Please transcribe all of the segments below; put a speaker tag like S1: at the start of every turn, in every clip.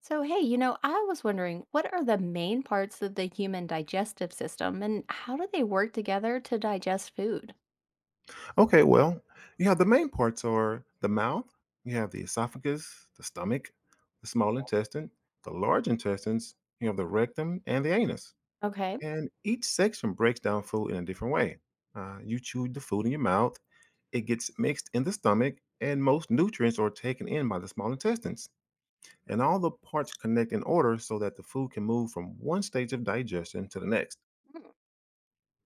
S1: So, hey, I was wondering what are the main parts of the human digestive system and how do they work together to digest food?
S2: Okay, well, yeah, the main parts are the mouth, you have the esophagus, the stomach, the small intestine, the large intestines, you have the rectum, and the anus.
S1: Okay.
S2: And each section breaks down food in a different way. You chew the food in your mouth, it gets mixed in the stomach, and most nutrients are taken in by the small intestines. And all the parts connect in order so that the food can move from one stage of digestion to the next.
S1: Mm.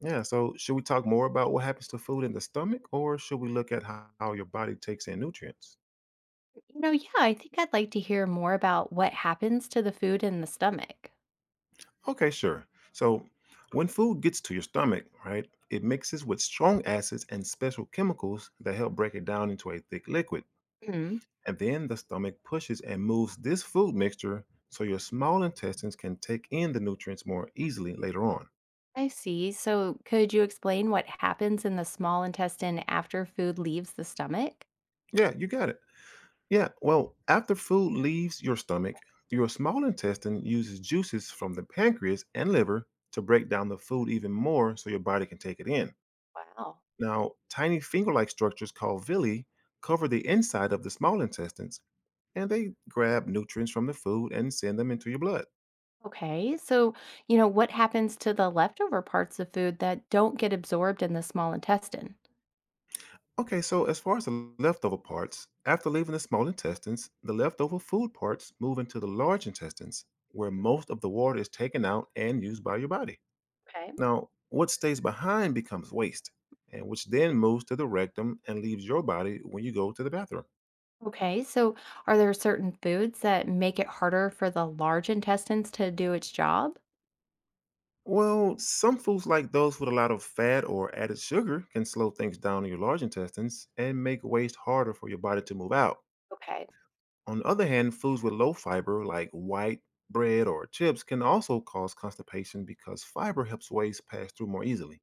S2: Yeah, so should we talk more about what happens to food in the stomach, or should we look at how your body takes in nutrients?
S1: Yeah, I think I'd like to hear more about what happens to the food in the stomach.
S2: Okay, sure. So when food gets to your stomach, right, it mixes with strong acids and special chemicals that help break it down into a thick liquid.
S1: Hmm,
S2: And then the stomach pushes and moves this food mixture so your small intestines can take in the nutrients more easily later on.
S1: I see. So, could you explain what happens in the small intestine after food leaves the stomach?
S2: Yeah, you got it. Yeah, well, after food leaves your stomach, your small intestine uses juices from the pancreas and liver to break down the food even more so your body can take it in.
S1: Wow.
S2: Now, tiny finger like structures called villi cover the inside of the small intestines and they grab nutrients from the food and send them into your blood.
S1: Okay. So, what happens to the leftover parts of food that don't get absorbed in the small intestine?
S2: Okay, so as far as the leftover parts, after leaving the small intestines, the leftover food parts move into the large intestines where
S1: Mhm.
S2: most of the water is taken out and used by your body.
S1: Okay.
S2: Now, what stays behind becomes waste, and which then moves to the rectum and leaves your body when you go to the bathroom.
S1: Okay, so are there certain foods that make it harder for the large intestines to do its job?
S2: Well, some foods like those with a lot of fat or added sugar can slow things down in your large intestines and make waste harder for your body to move out.
S1: Okay,
S2: On the other hand, foods with low fiber like white bread or chips can also cause constipation because fiber helps waste pass through more easily.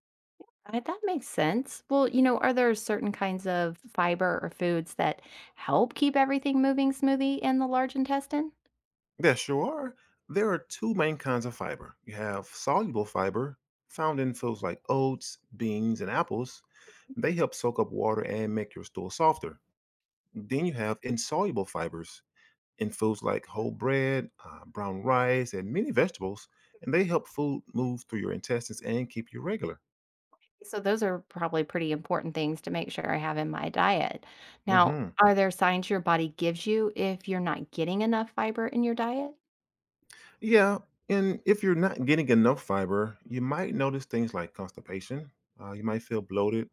S1: that makes sense. Well, are there certain kinds of fiber or foods that help keep everything moving smoothly in the large intestine?
S2: Yes, sure. are. There are two main kinds of fiber. You have soluble fiber, found in foods like oats, beans, and apples. They help soak up water and make your stool softer. Then you have insoluble fibers in foods like whole bread, brown rice, and many vegetables, and they help food move through your intestines and keep you regular.
S1: So those are probably pretty important things to make sure I have in my diet. Now,
S2: hmm
S1: are there signs your body gives you if you're not getting enough fiber in your diet?
S2: Yeah, and if you're not getting enough fiber, you might notice things like constipation. You might feel bloated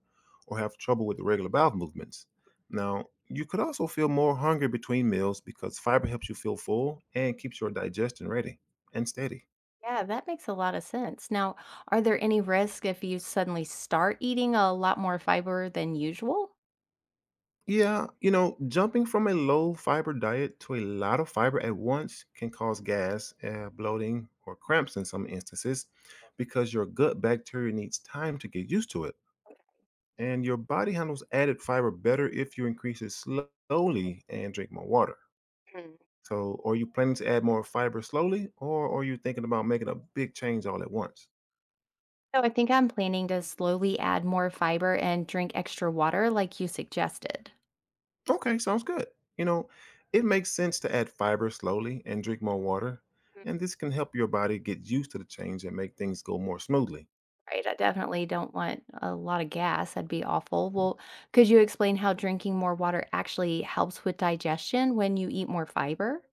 S2: or have trouble with the regular bowel movements. Now, you could also feel more hungry between meals because fiber helps you feel full and keeps your digestion ready and steady.
S1: Yeah, that makes a lot of sense. Now, are there any risk if you suddenly start eating a lot more fiber than usual?
S2: Yeah, you know, jumping from a low fiber diet to a lot of fiber at once can cause gas, bloating, or cramps in some instances because your gut bacteria needs time to get used to it. And your body handles added fiber better if you increase it slowly and drink more water. So, are you planning to add more fiber slowly, or are you thinking about making a big change all at once?
S1: So I think I'm planning to slowly add more fiber and drink extra water like you suggested.
S2: Okay, sounds good. You know, it makes sense to add fiber slowly and drink more water,
S1: Mm.
S2: and this can help your body get used to the change and make things go more smoothly.
S1: Right? I definitely don't want a lot of gas. That'd be awful. Well, could you explain how drinking more water actually helps with digestion when you eat more fiber?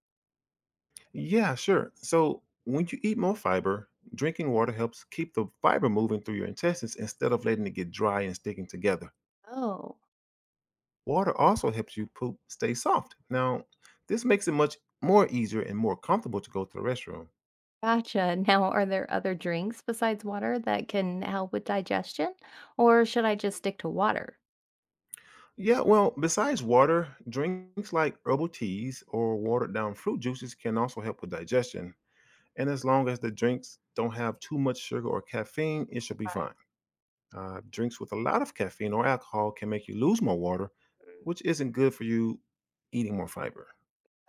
S2: Yeah, sure. So, when you eat more fiber, drinking water helps keep the fiber moving through your intestines instead of letting it get dry and sticking together.
S1: Oh,
S2: Water also helps you poop stay soft. Now, this makes it much more easier and more comfortable to go to the restroom.
S1: gotcha. Now, are there other drinks besides water that can help with digestion? Or should I just stick to water?
S2: Yeah, well, besides water, drinks like herbal teas or watered down fruit juices can also help with digestion. And as long as the drinks don't have too much sugar or caffeine, it should be fine. Drinks with a lot of caffeine or alcohol can make you lose more water, which isn't good for you eating more fiber.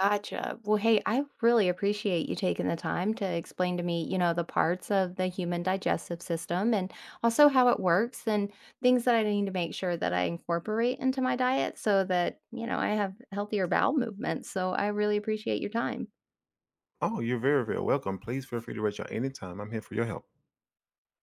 S1: Gotcha. Well, hey, I really appreciate you taking the time to explain to me, the parts of the human digestive system and also how it works and things that I need to make sure that I incorporate into my diet so that, I have healthier bowel movements. So I really appreciate your time.
S2: Oh, you're very, very welcome. Please feel free to reach out anytime. I'm here for your help.